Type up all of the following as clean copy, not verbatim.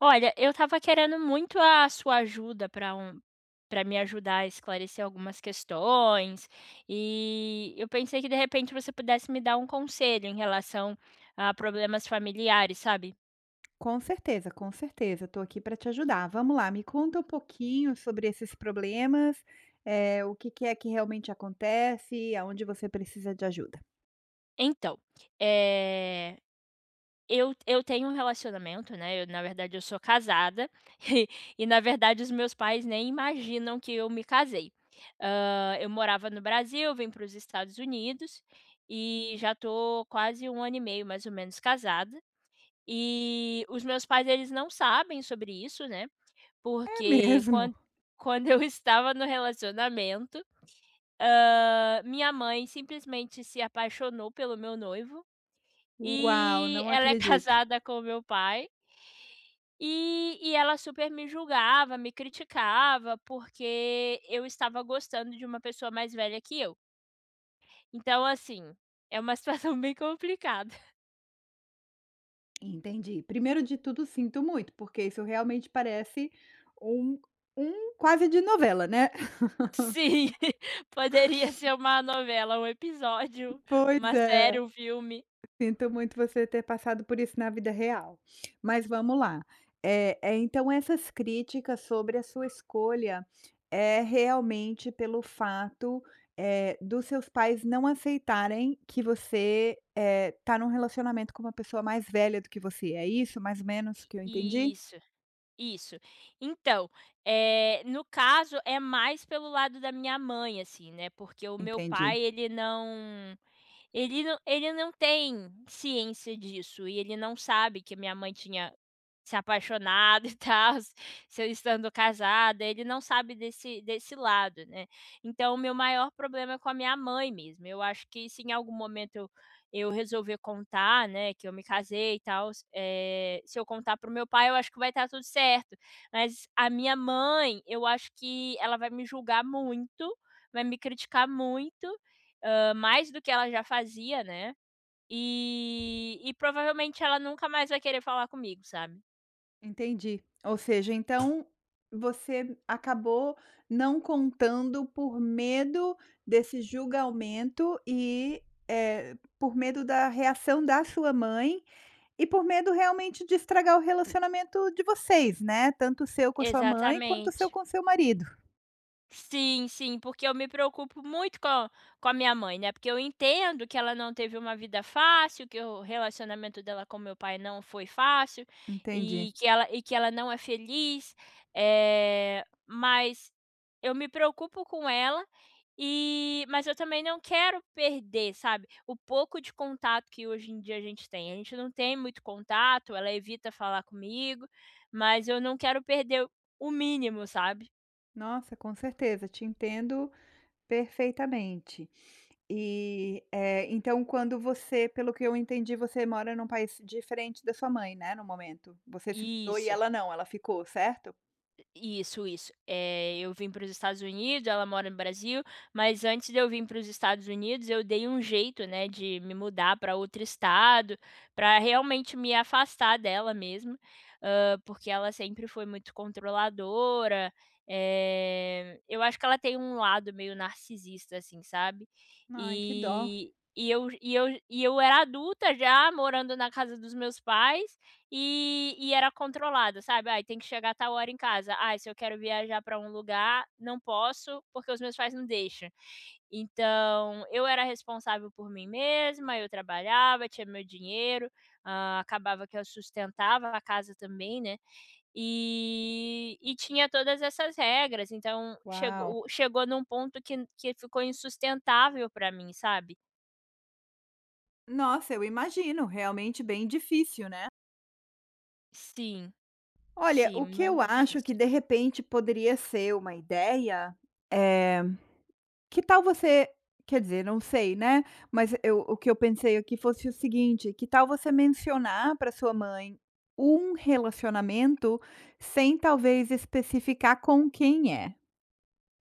Olha, eu estava querendo muito a sua ajuda para me ajudar a esclarecer algumas questões, e eu pensei que de repente você pudesse me dar um conselho em relação a problemas familiares, sabe. Com certeza, com certeza. Estou aqui para te ajudar. Vamos lá, me conta um pouquinho sobre esses problemas, o que que é que realmente acontece, aonde você precisa de ajuda. Então, eh eu tenho um relacionamento, né, eu na verdade eu sou casada, e e, na verdade os meus pais nem imaginam que eu me casei. Eu morava no Brasil, vim para os Estados Unidos, e já tô quase um ano e meio mais ou menos casada, e os meus pais eles não sabem sobre isso, né, É porque mesmo? quando eu estava no relacionamento, minha mãe simplesmente se apaixonou pelo meu noivo, Uau, e não ela é acredito. casada com o meu pai, e ela super me julgava, me criticava, porque eu estava gostando de uma pessoa mais velha que eu. Então, assim, é uma situação bem complicada. Entendi. Primeiro de tudo, sinto muito, porque isso realmente parece um um quase de novela, né. Sim, poderia ser uma novela, um episódio, Pois uma série, é. um filme. Sinto muito você ter passado por isso na vida real. Mas vamos lá. É, então essas críticas sobre a sua escolha é realmente pelo fato, dos seus pais não aceitarem que você está num relacionamento com uma pessoa mais velha do que você, é isso mais ou menos que eu entendi? Isso, isso. Então, no caso, é mais pelo lado da minha mãe, assim, né, porque o meu Entendi. pai ele não tem ciência disso e ele não sabe que a minha mãe tinha se apaixonado e tal, se eu estando casada, ele não sabe desse lado, né. Então o meu maior problema é com a minha mãe mesmo, eu acho que se em algum momento eu resolver contar, né, que eu me casei e tal, se eu contar para o meu pai eu acho que vai estar tudo certo, mas a minha mãe, eu acho que ela vai me julgar muito, vai me criticar muito, mais do que ela já fazia, né, e provavelmente ela nunca mais vai querer falar comigo, sabe. Entendi. Ou seja, então você acabou não contando por medo desse julgamento e, por medo da reação da sua mãe e por medo realmente de estragar o relacionamento de vocês, né, tanto o seu com a sua mãe quanto o seu Exatamente. com o seu marido. Sim, sim, porque eu me preocupo muito com a minha mãe, né, porque eu entendo que ela não teve uma vida fácil, que o relacionamento dela com meu pai não foi fácil, Entendi. e que ela não é feliz, mas eu me preocupo com ela, e mas eu também não quero perder, sabe, o pouco de contato que hoje em dia a gente tem. A gente não tem muito contato, ela evita falar comigo, mas eu não quero perder o mínimo, sabe. Nossa, com certeza, te entendo perfeitamente. E, então quando você, pelo que eu entendi, você mora num país diferente da sua mãe, né, no momento? Você se mudou e Isso. ela não, ela ficou, certo? Isso, isso. Eu vim para os Estados Unidos, ela mora no Brasil, mas antes de eu vim para os Estados Unidos, eu dei um jeito, né, de me mudar para outro estado, para realmente me afastar dela mesmo, porque ela sempre foi muito controladora, eu acho que ela tem um lado meio narcisista, assim, sabe. Ai, que dó. E eu era adulta já, morando na casa dos meus pais, e era controlado, sabe? "Ai, tem que chegar tal hora em casa. Ai, se eu quero viajar para um lugar, não posso, porque os meus pais não deixam". Então, eu era responsável por mim mesma, eu trabalhava, tinha meu dinheiro, acabava que eu sustentava a casa também, né, e tinha todas essas regras, então Uau. chegou num ponto que ficou insustentável para mim, sabe? Nossa, eu imagino, realmente bem difícil, né. Sim, Olha, sim, o que eu muito acho que difícil. de repente poderia ser uma ideia, eh que tal você, quer dizer, não sei, né, mas eu, o que eu pensei aqui fosse o seguinte, que tal você mencionar para sua mãe um relacionamento sem talvez especificar com quem é,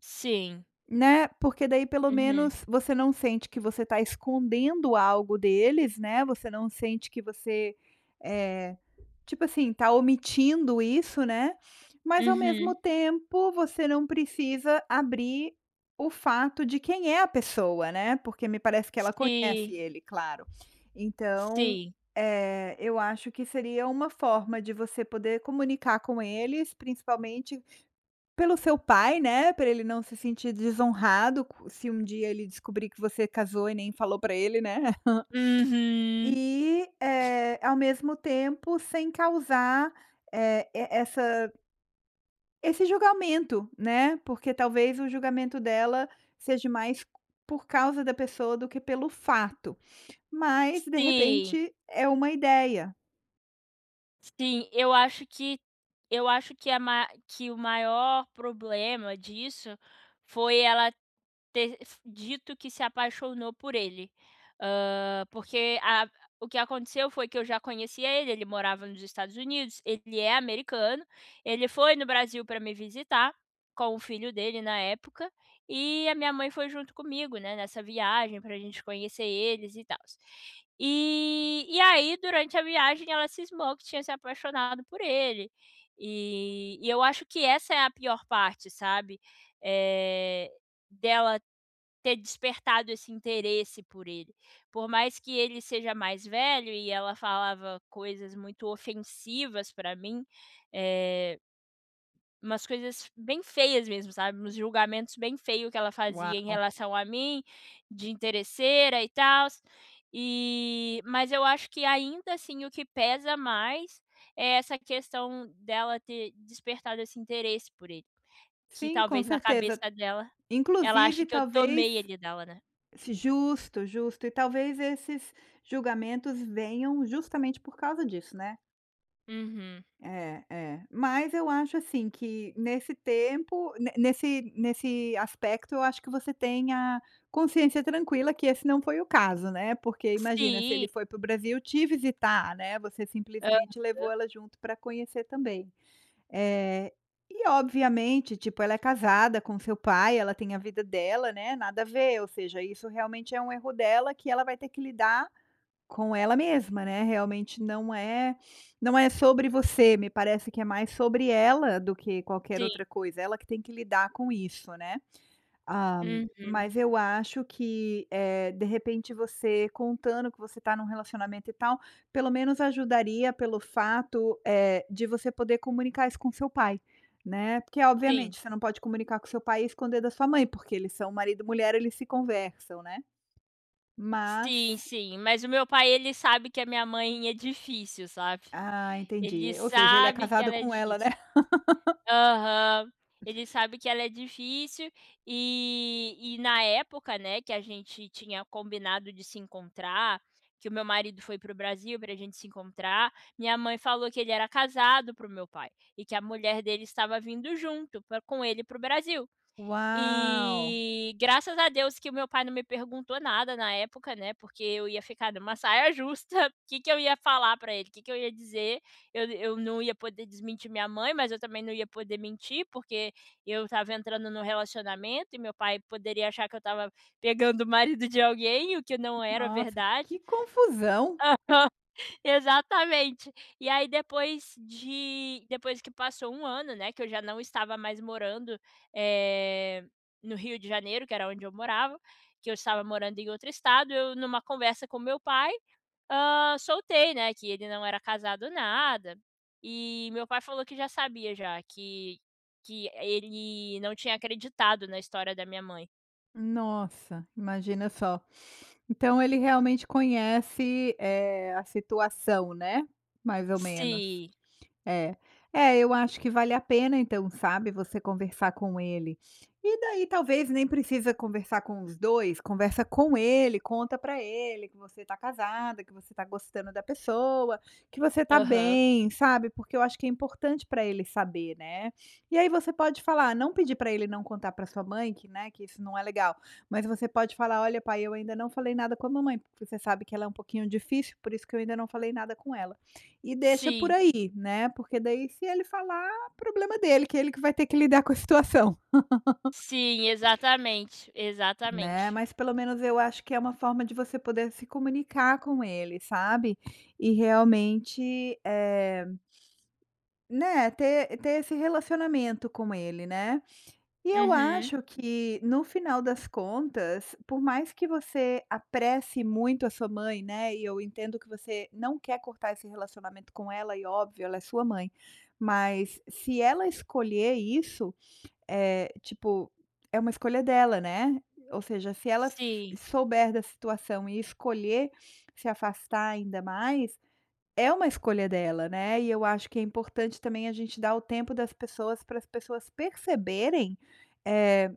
Sim. né, porque daí pelo Uhum, menos você não sente que você está escondendo algo deles, né, você não sente que você, eh, tipo assim, tá omitindo isso, né, mas ao uhum. mesmo tempo você não precisa abrir o fato de quem é a pessoa, né, porque me parece que ela conhece Sim, ele, claro. Então, sim. Eu acho que seria uma forma de você poder comunicar com eles, principalmente pelo seu pai, né, para ele não se sentir desonrado co- se um dia ele descobrir que você casou e nem falou para ele, né. E, Uhum. Ao mesmo tempo, sem causar, e essa esse julgamento, né, porque talvez o julgamento dela seja mais por causa da pessoa do que pelo fato, mas de Sim, repente é uma ideia. sim. Eu acho que a ma que o maior problema disso foi ela Ter f dito que se apaixonou por ele. Hã, porque a o que aconteceu foi que eu já conhecia ele, ele morava nos Estados Unidos, ele é americano, ele foi no Brasil para me visitar, com o filho dele na época, e a minha mãe foi junto comigo, né, nessa viagem para a gente conhecer eles e tal. E aí durante a viagem ela cismou que tinha se apaixonado por ele, e eu acho que essa é a pior parte, sabe, eh, dela ter despertado esse interesse por ele. Por mais que ele seja mais velho e ela falava coisas muito ofensivas pra mim, eh, umas coisas bem feias mesmo, sabe, uns julgamentos bem feios que ela fazia em Uau! relação a mim, de interesseira e tals, e mas eu acho que ainda assim o que pesa mais é essa questão dela ter despertado esse interesse por ele, que Sim, com talvez na certeza. cabeça dela, ela Inclusive acha que eu tomei talvez ele dela, né. justo, justo, e talvez esses julgamentos venham justamente por causa disso, né? Uhum. É, é. Mas eu acho, assim, que nesse tempo, ne nesse aspecto, eu acho que você tem a consciência tranquila que esse não foi o caso, né, porque imagina, se Sim, ele foi para o Brasil te visitar, né, você hã, simplesmente levou ela junto para conhecer também. É, e obviamente, tipo, ela é casada com seu pai, ela tem a vida dela, né, nada a ver, ou seja, isso realmente é um erro dela que ela vai ter que lidar com ela mesma, né, realmente não é sobre você, me parece que é mais sobre ela do que qualquer sim. outra coisa, ela que tem que lidar com isso, né. Ah, Uhum. mas eu acho que, de repente você contando que você está num relacionamento e tal, pelo menos ajudaria pelo fato, de você poder comunicar isso com seu pai, né, porque Sim. obviamente você não pode comunicar com seu pai e esconder da sua mãe, porque eles são marido e mulher, eles se conversam, né, mas Sim, sim. Mas o meu pai, ele sabe que a minha mãe é difícil, sabe. ah, Ele entendi. Ou seja, ele é sabe que casado ela é com ela, né? difícil. Aham. Ele sabe que ela é difícil e na época, né, que a gente tinha combinado de se encontrar, que o meu marido foi para o Brasil pra gente se encontrar, minha mãe falou que ele era casado para o meu pai e que a mulher dele estava vindo junto pra com ele para o Brasil. Uau! E graças a Deus que o meu pai não me perguntou nada na época, né, porque eu ia ficar numa saia justa, o que que eu ia falar pra ele, o que que eu ia dizer. Eu não ia poder desmentir minha mãe, mas eu também não ia poder mentir, porque eu estava entrando no relacionamento e meu pai poderia achar que eu estava pegando o marido de alguém, o que não era Nossa, verdade. que confusão! Exatamente. E aí depois que passou um ano, né, que eu já não estava mais morando, eh, no Rio de Janeiro, que era onde eu morava, que eu estava morando em outro estado, eu numa conversa com meu pai, soltei, né, que ele não era casado nada, e meu pai falou que já sabia já, que ele não tinha acreditado na história da minha mãe. Nossa, imagina só. Então ele realmente conhece, a situação, né? Mais ou menos. Sim. É. É, eu acho que vale a pena então, sabe, você conversar com ele. E daí talvez nem precisa conversar com os 2. Conversa com ele, conta pra ele que você tá casada, que você tá gostando da pessoa, que você tá Aham. bem, sabe, porque eu acho que é importante pra ele saber, né. E aí você pode falar, não, pedir pra ele não contar pra sua mãe que, né, que isso não é legal, mas você pode falar: "Olha pai, eu ainda não falei nada com a mamãe, porque você sabe que ela é um pouquinho difícil, por isso que eu ainda não falei nada com ela". E deixa por Sim, aí, né, porque daí se ele falar, problema dele, que é ele que vai ter que lidar com a situação, sim, exatamente, né. exatamente. Mas pelo menos eu acho que é uma forma de você poder se comunicar com ele, sabe. E realmente, né, ter esse relacionamento com ele, né. E eu Uhum. acho que, no final das contas, por mais que você apresse muito a sua mãe, né, e eu entendo que você não quer cortar esse relacionamento com ela e óbvio, ela é sua mãe, mas se ela escolher isso, tipo, é uma escolha dela, né, ou seja, se ela f Sim. souber da situação e escolher se afastar ainda mais, é uma escolha dela, né, e eu acho que é importante também a gente dar o tempo das pessoas para as pessoas perceberem, eh,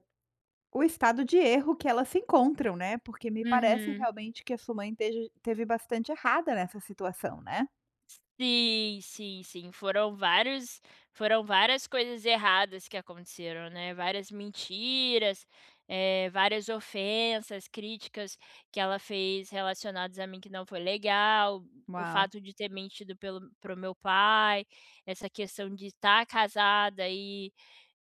o estado de erro que elas se encontram, né, porque me parece Uhum. realmente que a sua mãe teve esteve bastante errada nessa situação, né. Sim, sim, sim. Foram várias coisas erradas que aconteceram, né, várias mentiras, várias ofensas, críticas que ela fez relacionadas a mim que não foi legal, o Uau. fato de ter mentido pelo para o meu pai, essa questão de estar casada e,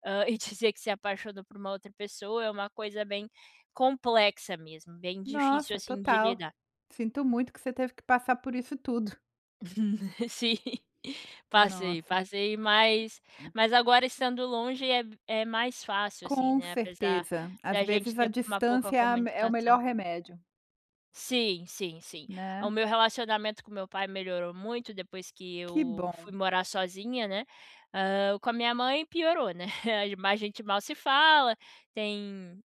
dizer que se apaixonou por uma outra pessoa, é uma coisa bem complexa mesmo, bem difícil, Nossa, assim, de total. lidar. Sinto muito que você teve que passar por isso tudo. Sim, passei, Nossa. passei, mas É. mas agora estando longe é mais fácil, assim, Com né, apesar certeza. Às da gente vezes a ter uma pouca distância é a é o comunicação. melhor remédio, Sim, sim, sim. O né. meu relacionamento com meu pai melhorou muito depois que Que eu bom. fui morar sozinha, né, com a minha mãe piorou, né, mas a gente mal se fala, tem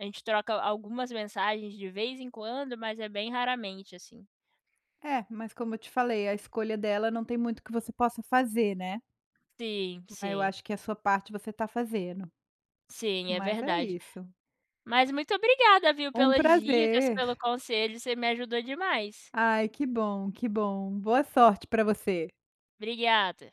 a gente troca algumas mensagens de vez em quando, mas é bem raramente, assim. É, mas como eu te falei, a escolha dela não tem muito que você possa fazer, né. Sim, Mas eu sim, acho que a sua parte você tá fazendo. sim, é Mas é verdade. isso. Mas muito obrigada, viu, Um pelas dicas, pelo prazer. conselho, você me ajudou demais. Ai, que bom, que bom. Boa sorte pra você. Obrigada.